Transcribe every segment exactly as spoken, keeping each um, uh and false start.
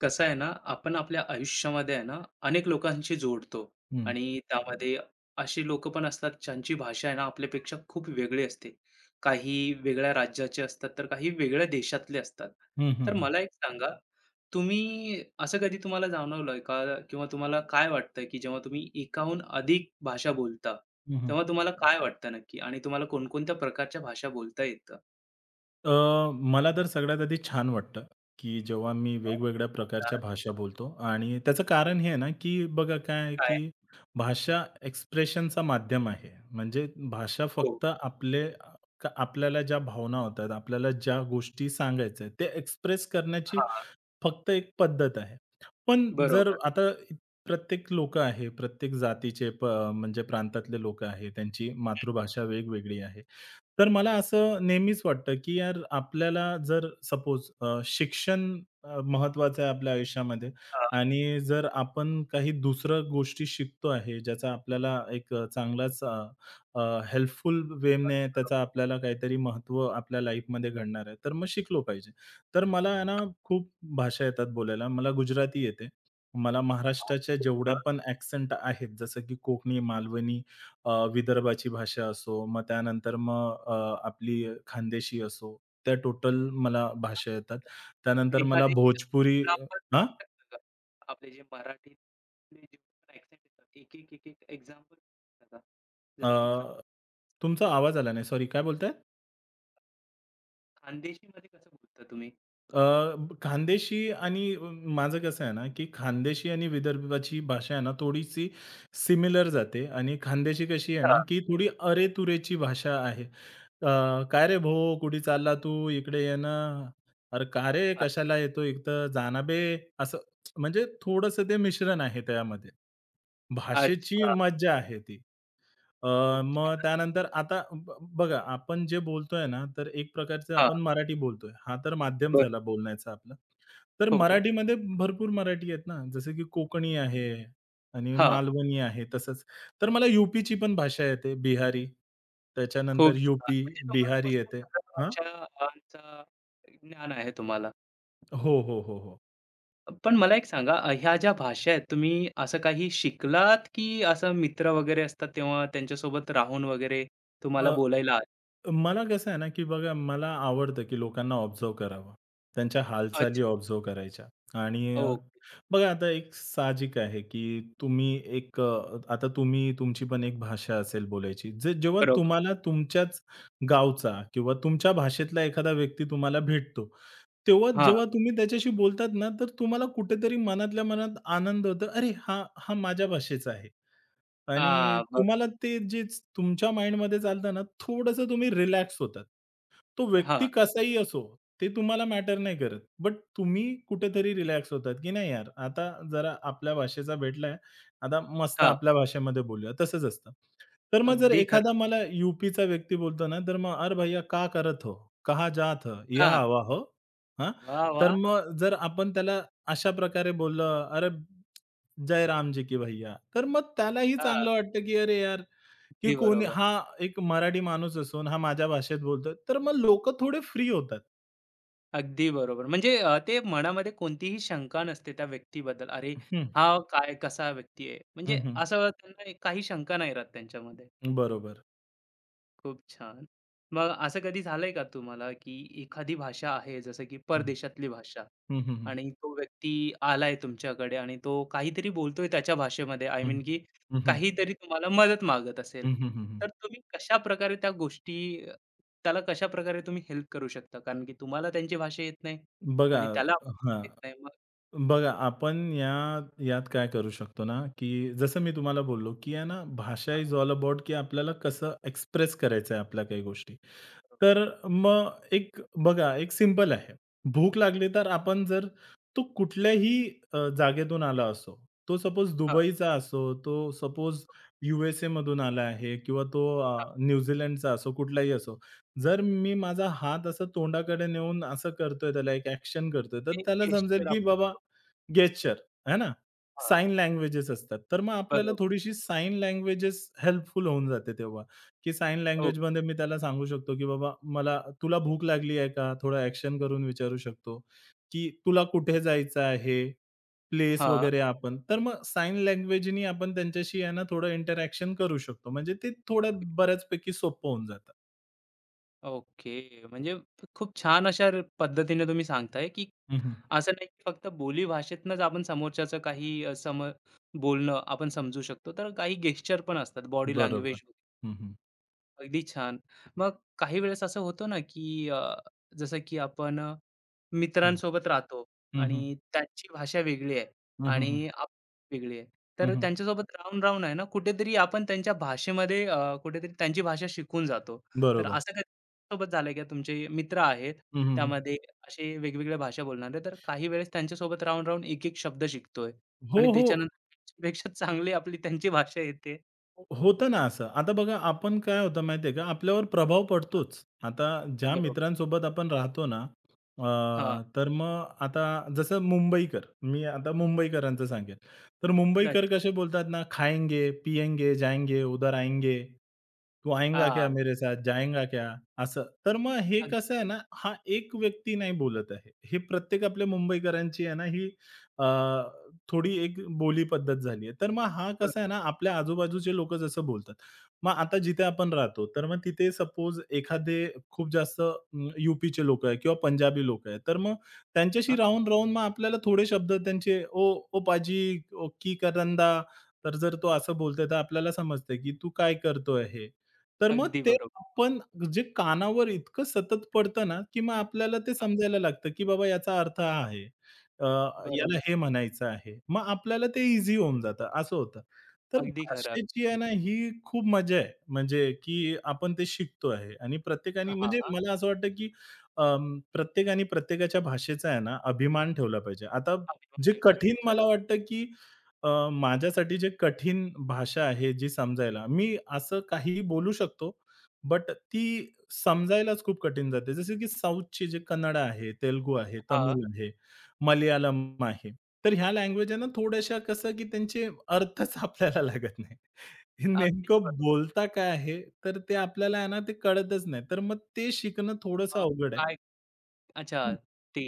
कसं आहे ना, आपण आपल्या आयुष्यामध्ये आहे ना, अनेक लोकांशी जोडतो हं. आणि त्यामध्ये अशी लोकं पण असतात, ज्यांची भाषा आहे ना, आपल्यापेक्षा खूप वेगळी असते. काही वेगळ्या राज्याचे असतात, तर काही वेगळ्या देशातले असतात. हं, हं, तर हं. मला एक सांगा, तुम्ही असं कधी तुम्हाला जाणवलंय का? किंवा तुम्हाला काय वाटतं, की जेव्हा तुम्ही एकाहून अधिक भाषा बोलता, हं, हं. तेव्हा तुम्हाला काय वाटतं नक्की? आणि तुम्हाला कोणकोणत्या प्रकारच्या भाषा बोलता येतं? अ, मला तर सगळ्यात आधी छान वाटतं, की जेव्हा मी वेगवेगळ्या हा, प्रकारच्या भाषा बोलतो आणि त्याचं कारण हे आहे ना, की बघा काय आहे, काय? की भाषा एक्सप्रेशनचा माध्यम आहे. म्हणजे भाषा हो. फक्त आपले क आपल्याला ज्या भावना होतात, आपल्याला ज्या गोष्टी सांगायच्या आहेत, ते एक्सप्रेस करण्याची हां, फक्त एक पद्धत आहे. पण जर बरोबर. आता प्रत्येक लोकं आहे, प्रत्येक जातीचे प म्हणजे प्रांतातले लोकं आहे, त्यांची मातृभाषा वेगवेगळी आहे. तर मला असं नेहमीच वाटतं, की यार आपल्याला जर सपोज अ, शिक्षण अ, महत्वाचं आहे आपल्या आयुष्यामध्ये आणि जर आपण काही दुसऱ्या गोष्टी शिकतो आहे, ज्याचा आपल्याला एक अ, चांगलाच अ, अ, हेल्पफुल वेने हां. त्याचा आपल्याला काहीतरी महत्त्व आपल्या लाईफमध्ये घडणार आहे, तर मग शिकलो पाहिजे. तर मला आहे ना खूप भाषा येतात बोलायला. मला गुजराती येते. मला महाराष्ट्राच्या जेवढ्या पण ॲक्सेंट आहेत, जसं की कोकणी, मालवणी, अ, विदर्भाची भाषा असो, मग त्यानंतर मग अ, आपली खानदेशी असो, त्या टोटल मला भाषा येतात. त्यानंतर मला एखादी भोजपुरी, अ, आपण हां? आपले जे मराठी ॲक्सेंट येतात, एक, एक, एक, एक एक्झाम्पल सांगा. अ, जसं की खान तुमचा बोललात. आवाज आला नाही. सॉरी, काय बोलताय? खानदेशीमध्ये कसं बोलता तुम्ही? अ, खानदेशी आणि माझं कसं आहे ना, की खानदेशी आणि विदर्भाची भाषा आहे ना, थोडीशी सिमिलर जाते आणि खानदेशी कशी आहे ना, हां. की थोडी अरे-तुरेची भाषा आहे. अ, "काय रे भाऊ, कुठे चालला तू? इकडे ये ना." "अरे का रे, हां. कशाला येतो इथं? जा बे." असं म्हणजे थोडंसं ते मिश्रण आहे त्यामध्ये. भाषेची अच्छा. मज्जा आहे ती. अ, खूप मग छान. त्यानंतर आता ब बघा आपण जे बोलतोय ना, तर एक प्रकारचं हां, आपण मराठी बोलतोय. हा तर माध्यम बरं. झाला बोलण्याचा आपला. तर हो. मराठीमध्ये भरपूर मराठी आहेत ना, जसं की कोकणी आहे आणि हां, मालवणी आहे तसंच. तर मला यूपीची पण भाषा येते, बिहारी. त्याच्यानंतर खूप छान. यूपी, म्हणजे तुम्हाला बिहारी पुष्कळ येते. सगळ्या हां. भाषांचा ज्ञान आहे तुम्हाला. हो, हो, हो, हो. पण मला एक सांगा अ, ह्या ज्या भाषा आहेत तुम्ही असं काही शिकलात की असं मित्र वगैरे असतात तेव्हा त्यांच्यासोबत राहून वगैरे तुम्हाला अ, बोलायला आलं? मला कसं आहे ना, की बघा मला आवडतं, की लोकांना ऑब्झर्व्ह करावं. त्यांच्या हालचाली अच्छा. ऑब्झर्व्ह करायच्या आणि अ, ओके. बघा आता एक साहजिक आहे, की तुम्ही एक अ, आता तुम्ही तुमची पण एक भाषा असेल बोलायची. जे जेव्हा बरोबर. तुम्हाला तुमच्याच गावचा किंवा तुमच्या भाषेतला एखादा व्यक्ती तुम्हाला भेटतो, तेव्हा हां. जेव्हा तुम्ही त्याच्याशी बोलतात ना, तर तुम्हाला कुठेतरी मनातल्या मनात आनंद होतो, "अरे! हा हा माझ्या भाषेचा आहे." आणि हां. ब तुम्हाला ते जे तुमच्या माइंडमध्ये चालतं ना, थोडंसं तुम्ही रिलॅक्स होतात. तो हां, व्यक्ती कसाही असो, ते तुम्हाला मॅटर नाही करत. बट तुम्ही कुठेतरी रिलॅक्स होतात, की नाही यार, आता जरा आपल्या भाषेचा भेटलाय, आता मस्त हां. आपल्या भाषेमध्ये बोलूया, तसंच असतं. तर मग जर अगदी खरं. एखादा मला यूपीचा व्यक्ती बोलतो ना, तर मग "अरे भैया क्या करत हो? कहाँ जात हो? हां. यहाँ हवा हो." हां, वाह! तर वाह! मग जर आपण त्याला अशा प्रकारे बोललं, "अरे जय राम जी की भैया. तर मग त्यालाही हां. चांगलं वाटतं, की अरे यार, की अगदी कोणी बरोबर. हा एक मराठी माणूस असून हा माझ्या भाषेत बोलतोय. तर मग लोकं थोडे फ्री होतात. अगदी बरोबर. म्हणजे अ, ते मनामध्ये कोणतीही शंका नसते त्या व्यक्तीबद्दल. अरे, हं, हा काय कसा व्यक्ती आहे? म्हणजे हं, हं. असं त्यांना एक- काही शंका नाही राहत त्यांच्यामध्ये. बरोबर. खूप छान. मग असं कधी झालंय का तुम्हाला, की एखादी भाषा आहे जसं की हं, परदेशातली भाषा हं, हं, हं. आणि तो व्यक्ती आलाय तुमच्याकडे आणि तो काहीतरी बोलतोय त्याच्या भाषेमध्ये आय हं, मीन की हं, हं, काहीतरी तुम्हाला मदत मागत असेल, हं, तर हं, तुम्ही कशाप्रकारे त्या गोष्टी अ, त्याला कशाप्रकारे तुम्ही हेल्प करू शकता? कारण की तुम्हाला त्यांची भाषा येत नाही बघा आणि त्याला हां. येत नाही मग बघा, आपण या यात काय करू शकतो ना, की जसं मी तुम्हाला बोललो, की आहे ना, भाषा हां, इज ऑल अबाउट की आपल्याला कसं एक्सप्रेस करायचं आहे आपल्या काही गोष्टी. बरोबर. तर मग एक बघा, एक सिंपल आहे. भूक लागली तर आपण जर तो कुठल्याही अ, जागेतून आला असो, तो सपोज हां, दुबईचा असो, तो सपोज यू एस आला आहे किंवा तो हां. अ, न्यूझीलंडचा असो, कुठलाही असो. जर मी माझा हात असं तोंडाकडे नेऊन असं करतोय, त्याला एक ॲक्शन करतोय, तर एक त्याला समजेल गेस्चर की आपण बाबा गेस्चर है ना? हां, साइन लँग्वेजेस असतात. तर मग आपल्याला बरोबर. थोडीशी साइन लँग्वेजेस हेल्पफुल होऊन जाते तेव्हा, की साइन हो. लँग्वेजमध्ये मी त्याला सांगू शकतो, की "बाबा मला तुला भूक लागली आहे का?" थोडं ॲक्शन करून विचारू शकतो, की "तुला कुठे जायचं आहे?" प्लेस हां. वगैरे आपण तर मग साइन लँग्वेजनी आपण त्यांच्याशी आहे ना थोडं इंटरॅक्शन करू शकतो. म्हणजे ते थोडं बऱ्याचपैकी सोपं होऊन जातं. ओके. म्हणजे खूप छान अशा र पद्धतीने तुम्ही सांगताय, की हं, असं नाही की फक्त बोलीभाषेतनंच आपण समोरच्याचं काही अ, सम बोलणं आपण समजू शकतो. तर काही गेस्चर पण असतात, बॉडी बरोबर. लँग्वेज. हं, हं. अगदी छान. मग काही वेळेस असं होतं ना, की अ, जसं की आपण अ, हं. मित्रांसोबत राहतो हं, हं. आणि त्यांची भाषा वेगळी आहे हं, हं, आणि आपली वेगळी आहे. तर त्यांच्यासोबत राहून-राहून आहे ना, कुठेतरी आपण त्यांच्या भाषेमध्ये अ, कुठेतरी त्यांची भाषा शिकून जातो. तर बरोबर. असं कधी सोबत झालंय का तुमचे मित्र आहेत, हं, हं, त्यामध्ये असे वेगवेगळ्या भाषा बोलणारे, तर काही वेळेस त्यांच्यासोबत राहून-राहून एक-एक शब्द शिकतोय आणि हो, हो. त्याच्यानंतर त्यांच्यापेक्षा चांगली आपली त्यांची भाषा येते. होतं ना असं. आता बघा आपण काय होतं माहिती आहे का, आपल्यावर प्रभाव हां. पडतोच. आता ज्या बरोबर. मित्रांसोबत आपण राहतो ना, हां. अ, तर मग आता जसं मुंबईकर, मी आता मुंबईकरांचं सांगेन. तर मुंबईकर अच्छा. कसे बोलतात ना, "खाएंगे, पिएंगे, जाएंगे, उधर आएंगे. तू आएगा क्या हां. मेरे साथ, जाएगा क्या?" असं. तर मग हे अगदी कसं आहे ना, हा एक व्यक्ती नाही बोलत आहे. हे प्रत्येक आपल्या मुंबईकरांची आहे ना, ही थोडी एक बोली पद्धत झाली आहे. तर मग हा बरोबर. कसा आहे ना, आपल्या आजूबाजूचे लोकं जसं बोलतात. मग आता जिथे आपण राहतो, तर मग तिथे सपोज एखादे खूप जास्त अं, यूपीचे लोकं आहेत किंवा पंजाबी लोकं आहेत. तर मग त्यांच्याशी हां, राहून-राहून मग आपल्याला थोडे शब्द त्यांचे "ओ ओ पाजी, ओ की करंदा?" तर जर तो असं बोलतोय, तर आपल्याला समजतंय की "तू काय करतोय हे?" तर मग अगदी ते बरोबर. आपण जे कानावर इतकं सतत पडतं ना, की मग आपल्याला ते हां, समजायला लागतं की बाबा याचा अर्थ हा आहे. अ, याला बरोबर. हे म्हणायचं आहे. मग आपल्याला ते ईझी होऊन जातं, असं होतं. तर अगदी खरं. भाषेची आहे अगदी ना, खरं. ही खूप मजा आहे. म्हणजे की आपण ते शिकतो आहे आणि प्रत्येकाने म्हणजे हां, मला असं वाटतं की अं, प्रत्येकाने प्रत्येकाच्या भाषेचा आहे ना, अभिमान ठेवला पाहिजे. आता जे आईवडील. अगदी कठीण मला खरं. वाटतं की अ, माझ्यासाठी जे कठीण भाषा आहे जी समजायला, मी असं काहीही बोलू शकतो, बट ती समजायलाच खूप कठीण जाते. जसं की साऊथची जे कन्नड आहे, तेलुगू आहे, हां, तमिळ आहे. मलयाळम आहे. तर ह्या लँग्वेज आहे ना थोड्याशा कसं की त्यांचे अर्थच आपल्याला लागत नाही. हे अगदी नेमकं बरोबर. बोलता काय आहे? तर ते आपल्याला आहे ना ते कळतच नाही. तर मग ते शिकणं थोडंसं मग अवघड आहे. काय अच्छा हं. ते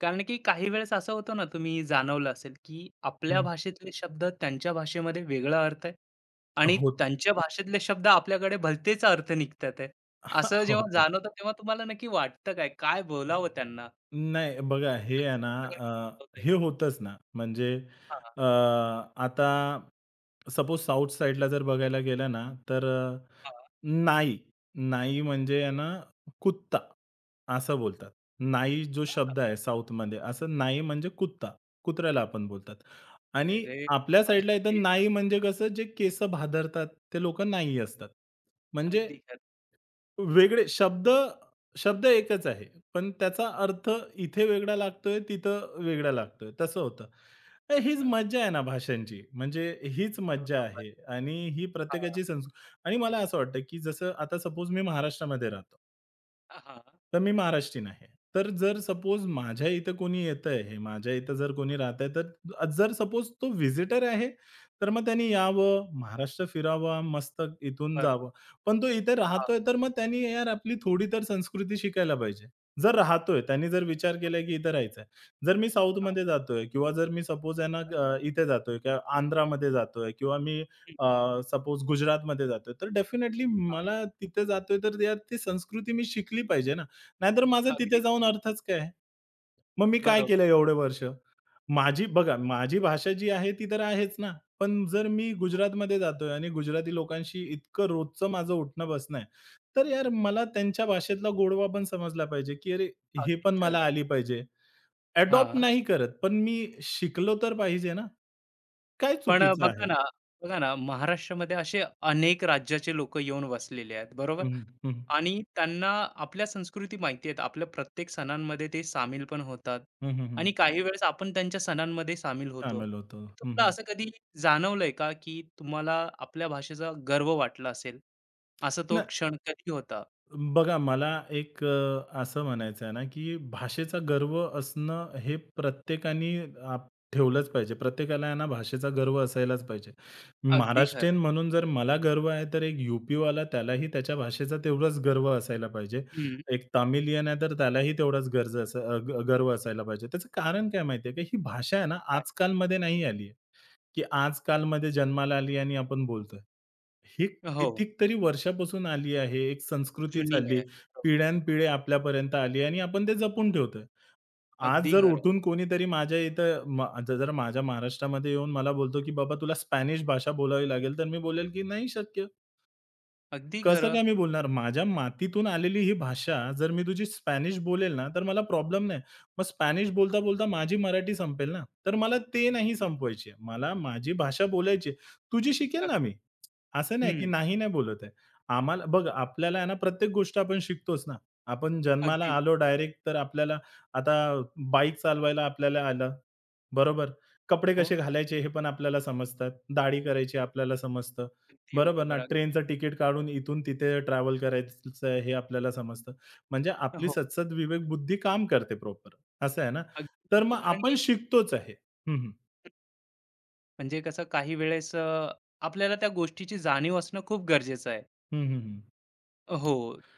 कारण की काही वेळेस असं होतं ना, तुम्ही जाणवलं असेल, की आपल्या हं. भाषेतले शब्द त्यांच्या भाषेमध्ये वेगळा अर्थ आहे आणि होत त्यांच्या भाषेतले शब्द आपल्याकडे भलतेच अर्थ निघतात आहे. असं जेव्हा होतं. जाणवतं तेव्हा तुम्हाला नक्की वाटतं काय? काय बोलावं त्यांना? नाही बघा हे आहे ना, अ, हे होतंच ना. म्हणजे हां, अ, आता सपोज साउथ साइडला जर बघायला गेलं ना, तर हां, नाही. नाही म्हणजे आहे ना, कुत्ता असं बोलतात. नाही जो शब्द हां. आहे साऊथमध्ये असं नाही म्हणजे कुत्ता, कुत्र्याला आपण बोलतात. अरे आणि रे! आपल्या साइडला इथं नाही म्हणजे कसं जे केस भादरतात ते लोकं नाही असतात. म्हणजे अगदी खरं. वेगळे शब्द शब्द एकच आहे. पण त्याचा अर्थ इथे वेगळा लागतोय, तिथं वेगळा लागतोय, तसं होतं. तर हीच अ, मज्जा आहे ना भाषांची. म्हणजे हीच मज्जा बरोबर. आहे आणि ही हां, प्रत्येकाची संस्कृ आणि मला असं वाटतं, की जसं आता सपोज मी महाराष्ट्रामध्ये राहतो. हां, तर मी महाराष्ट्रीयन आहे. तर जर सपोज माझ्या इथं कोणी येतंय हे, माझ्या इथं जर कोणी राहतंय, तर जर सपोज तो व्हिजिटर आहे, तर मग त्याने यावं, महाराष्ट्र फिरावा, मस्त इथून बरोबर. जावं. पण तो इथे हां, राहतोय, तर मग त्यांनी यार आपली थोडी तर संस्कृती शिकायला पाहिजे. जर राहतोय, त्यांनी जर विचार केलाय की इथे राहायचंय. जर मी हां. साऊथमध्ये जातोय किंवा जर मी सपोज आहे ना, अ, इथे जातोय किंवा आंध्रामध्ये जातोय किंवा मी हं, सपोज गुजरातमध्ये जातोय, तर डेफिनेटली हां. मला तिथे जातोय, तर यार ती संस्कृती मी शिकली पाहिजे ना. नाहीतर माझा अगदी तिथे खरं. जाऊन अर्थच काय आहे? मग मी काय बरोबर. केलं एवढे वर्ष? माझी बघा, माझी भाषा जी आहे ती तर आहेच ना. पण जर मी हो, गुजरातमध्ये जातोय आणि गुजराती लोकांशी इतकं रोजचं माझं उठणं-बसणं आहे, तर यार मला त्यांच्या भाषेतला गोडवा पण समजला पाहिजे, की अरे हे अगदी पण मला खरं. आली पाहिजे. अडॉप्ट हां. नाही करत, पण मी शिकलो तर पाहिजे ना. काय पण अ, चुकीचं बघा आहे? ना, बघा ना, महाराष्ट्रामध्ये असे अनेक राज्याचे लोकं येऊन वसलेले आहेत, बरोबर? हं, हं, हं, आणि त्यांना आपल्या संस्कृती माहिती आहेत. आपल्या प्रत्येक सणांमध्ये ते सामील पण होतात हं, हं, आणि काही वेळेस आपण त्यांच्या सणांमध्ये सामील होतो. सामील होतो. हं, तुम्हाला हं. असं कधी जाणवलंय का, की तुम्हाला आपल्या भाषेचा गर्व वाटला असेल? असा तो क्षण कधी होता? बघा, मला एक अ, असं म्हणायचं आहे ना, की भाषेचा गर्व असणं हे प्रत्येकाने आप ठेवलंच पाहिजे. प्रत्येकाला आहे ना भाषेचा गर्व असायलाच पाहिजे. अगदी खरं. महाराष्ट्रीयन म्हणून जर मला गर्व आहे, तर एक यू-पीवाला त्यालाही त्याच्या भाषेचा तेवढाच गर्व असायला पाहिजे. हं. एक तामिलियन आहे, तर त्यालाही तेवढाच गर्ज असा अ, ग- गर्व असायला पाहिजे. त्याचं कारण काय माहिती का? ही भाषा आहे ना काय? आजकालमध्ये नाही आली की आजकालमध्ये जन्माला आली आणि आपण बोलतोय. ही हो, कितीतरी वर्षापासून आली आहे. एक संस्कृती जुनी आहे. चालली. हो, बरोबर. पिढ्यानपिढे आपल्यापर्यंत आली आणि आपण ते जपून ठेवतोय. आज अगदी जर खरं, उठून कोणीतरी माझ्या इथं म आता जर माझ्या महाराष्ट्रामध्ये येऊन मला बोलतो, की "बाबा तुला स्पॅनिश भाषा बोलावी लागेल." तर मी बोलेल, की "नाही शक्य." अगदी कसं खरं. काय मी बोलणार? माझ्या मातीतून आलेली ही भाषा जर मी तुझी स्पॅनिश बोलेल ना, तर मला प्रॉब्लेम नाही. मग स्पॅनिश बोलता-बोलता माझी मराठी संपेल ना, तर मला ते नाही संपवायची आहे. मला माझी भाषा बोलायची आहे. तुझी शिकेल अग ना मी. असं नाही की हं, नाही, नाही बोलत आहे. आम्हाला बघ आपल्याला आहे ना प्रत्येक गोष्ट आपण शिकतोच ना. आपण जन्माला अगदी. आलो डायरेक्ट तर आपल्याला आता बाईक चालवायला आपल्याला आलं, बरोबर. कपडे हो. कसे घालायचे हे पण आपल्याला समजतात. दाढी करायची आपल्याला समजतं. अगदी बरोबर ना, बरोबर. अगदी ट्रेनचं तिकीट काढून इथून तिथे ट्रॅव्हल करायचं आहे हे आपल्याला समजतं. म्हणजे आपली हो. सतसत विवेक बुद्धी काम करते प्रॉपर, असं आहे ना. अगदी तर बरोबर. मग कारण आपण की शिकतोच आहे. हं, हं. म्हणजे कसं काही वेळेस अ, आपल्याला त्या गोष्टीची जाणीव असणं खूप गरजेचं आहे. हं, हं, हो.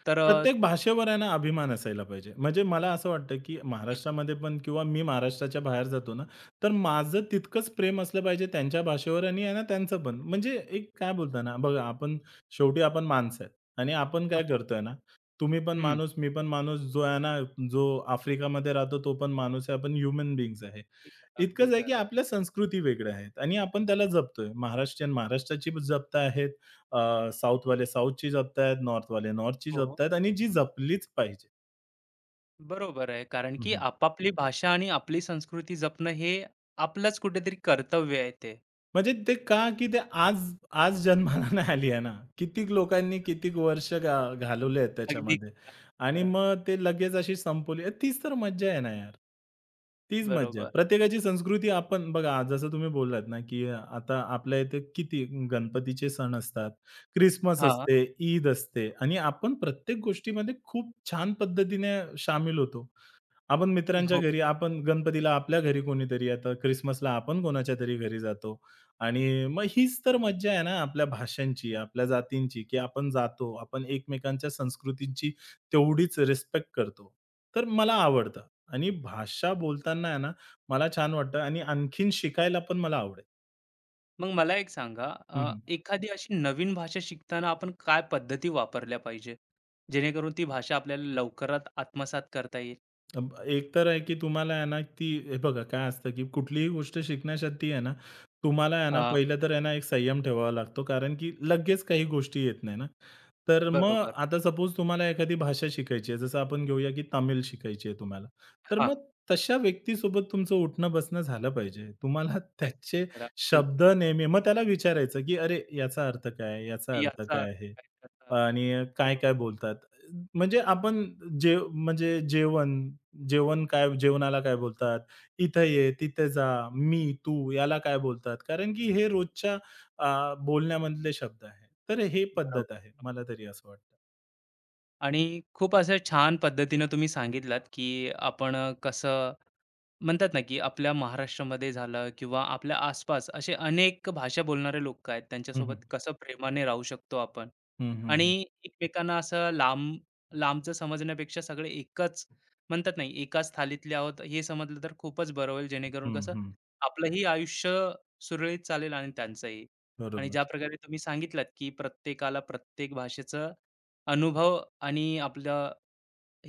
तर अ, प्रत्येक भाषेवर आहे ना अभिमान असायला पाहिजे. म्हणजे मला असं वाटतं, की तर महाराष्ट्रामध्ये पण किंवा मी महाराष्ट्राच्या बाहेर जातो ना, तर माझं तितकंच प्रेम असलं पाहिजे त्यांच्या भाषेवर आणि आहे ना त्यांचं पण. म्हणजे एक काय बोलता ना, बघा आपण शेवटी आपण माणसं आहेत आणि आपण काय हो. करतोय ना, तुम्ही पण हं. माणूस, मी पण माणूस, जो आहे ना, जो आफ्रिकामध्ये राहतो तो पण माणूस आहे. आपण ह्युमन बीइंग्ज आहे. अगदी खरं, अगदी इतकंच आहे की खरं. आपल्या संस्कृती वेगळ्या आहेत आणि आपण त्याला जपतोय. महाराष्ट्रीयन महाराष्ट्राची जपत आहेत, अ, साऊथवाले साऊथची जपत आहेत, नॉर्थवाले नॉर्थची हो. जपत आहेत आणि जी जपलीच पाहिजे. बरोबर आहे. कारण हं, की हं. आपापली भाषा आणि आपली संस्कृती जपणं हे आपलंच कुठेतरी कर्तव्य आहे ते. म्हणजे ते का, की ते आज आज जन्माला नाही आली आहे ना. कितीक लोकांनी कितीक वर्ष गा घालवली आहेत अगदी त्याच्यामध्ये आणि खरं. मग ते लगेच अशी संपवली. अ, तीच तर मज्जा आहे ना यार. तीच मज्जा बरोबर. आहे. प्रत्येकाची संस्कृती आपण बघा आज जसं तुम्ही बोललात ना, की आता आपल्या इथे किती गणपतीचे सण असतात, क्रिसमस हां. असते, ईद असते आणि आपण प्रत्येक गोष्टीमध्ये खूप छान पद्धतीने शामील होतो. आपण मित्रांच्या हो. घरी, आपण गणपतीला आपल्या घरी कोणीतरी येतं, क्रिसमसला आपण कोणाच्यातरी घरी जातो आणि मग हीच तर मज्जा आहे ना आपल्या भाषांची, आपल्या जातींची, की आपण जातो, आपण एकमेकांच्या संस्कृतींची तेवढीच रिस्पेक्ट करतो. तर मला आवडतं आणि भाषा बोलताना आहे ना, मला छान वाटतं आणि आणखीन शिकायला पण मला आवडेल. मग मला एक सांगा अ, हं, एखादी अशी नवीन भाषा शिकताना आपण काय पद्धती वापरल्या पाहिजे? जेणेकरून ती भाषा आपल्याला लवकरात आत्मसात करता येईल? अब एक तर आहे की तुम्हाला आहे ना, ती हे बघा काय असतं की कुठलीही गोष्ट शिकण्यासाठी आहे ना, तुम्हाला आहे ना, हां, पहिलं तर आहे ना, एक संयम ठेवावा लागतो. कारण की लगेच काही गोष्टी येत नाही ना. तर मग बरोबर. आता सपोज तुम्हाला एखादी भाषा शिकायची आहे, जसं आपण घेऊया की तामिळ शिकायची आहे तुम्हाला. तर हां, मग तशा व्यक्तीसोबत तुमचं उठणं-बसणं झालं पाहिजे. तुम्हाला अगदी त्याचे खरं, अगदी शब्द खरं. नेहमी मग त्याला विचारायचं की "अरे, याचा अर्थ काय आहे? याचा अर्थ याचा काय अर्थ आहे? काय? त्याचा अर्थ. आणि काय-काय बरोबर, बोलतात?" म्हणजे आपण जे म्हणजे जेवण जेवण काय जेवणाला काय बोलतात? इथं ये, तिथे जा, मी, तू याला काय बोलतात? कारण की हे रोजच्या बरोबर, अ, बोलण्यामधले शब्द आहेत. तर हे बरोबर. पद्धत आहे. मला तरी असं वाटतं. आणि खूप असं छान पद्धतीनं तुम्ही सांगितलात, की आपण अ, कसं म्हणतात ना, की आपल्या महाराष्ट्रामध्ये झालं किंवा आपल्या आसपास असे अनेक भाषा बोलणारे लोकं आहेत. हं, हं. त्यांच्यासोबत कसं प्रेमाने राहू शकतो आपण हं, हं, हं. आणि एकमेकांना असं लांब लांबचं समजण्यापेक्षा सगळे एकाच म्हणतात नाही, एकाच थालीतले आहोत हे समजलं तर खूपच बरं होईल. जेणेकरून हं, कसं हं. आपलंही आयुष्य सुरळीत चालेल आणि त्यांचंही. आणि ज्या बरोबर. प्रकारे तुम्ही सांगितलात, की प्रत्येकाला प्रत्येक भाषेचा अनुभव आणि आपलं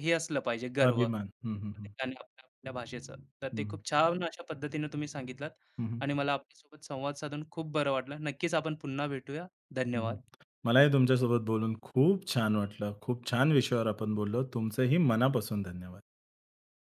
हे असलं पाहिजे गर्व, अभिमान. हं, हं, हं. प्रत्येकाने आपल्या आपल्या भाषेचं. तर ते हं, खूप छान अशा पद्धतीने तुम्ही सांगितलात हं, हं. आणि मला आपल्यासोबत संवाद साधून खूप बरं वाटलं. नक्कीच आपण पुन्हा भेटूया. धन्यवाद. मलाही तुमच्यासोबत बोलून खूप छान वाटलं. खूप छान विषयावर आपण बोललो. तुमचंही मनापासून धन्यवाद.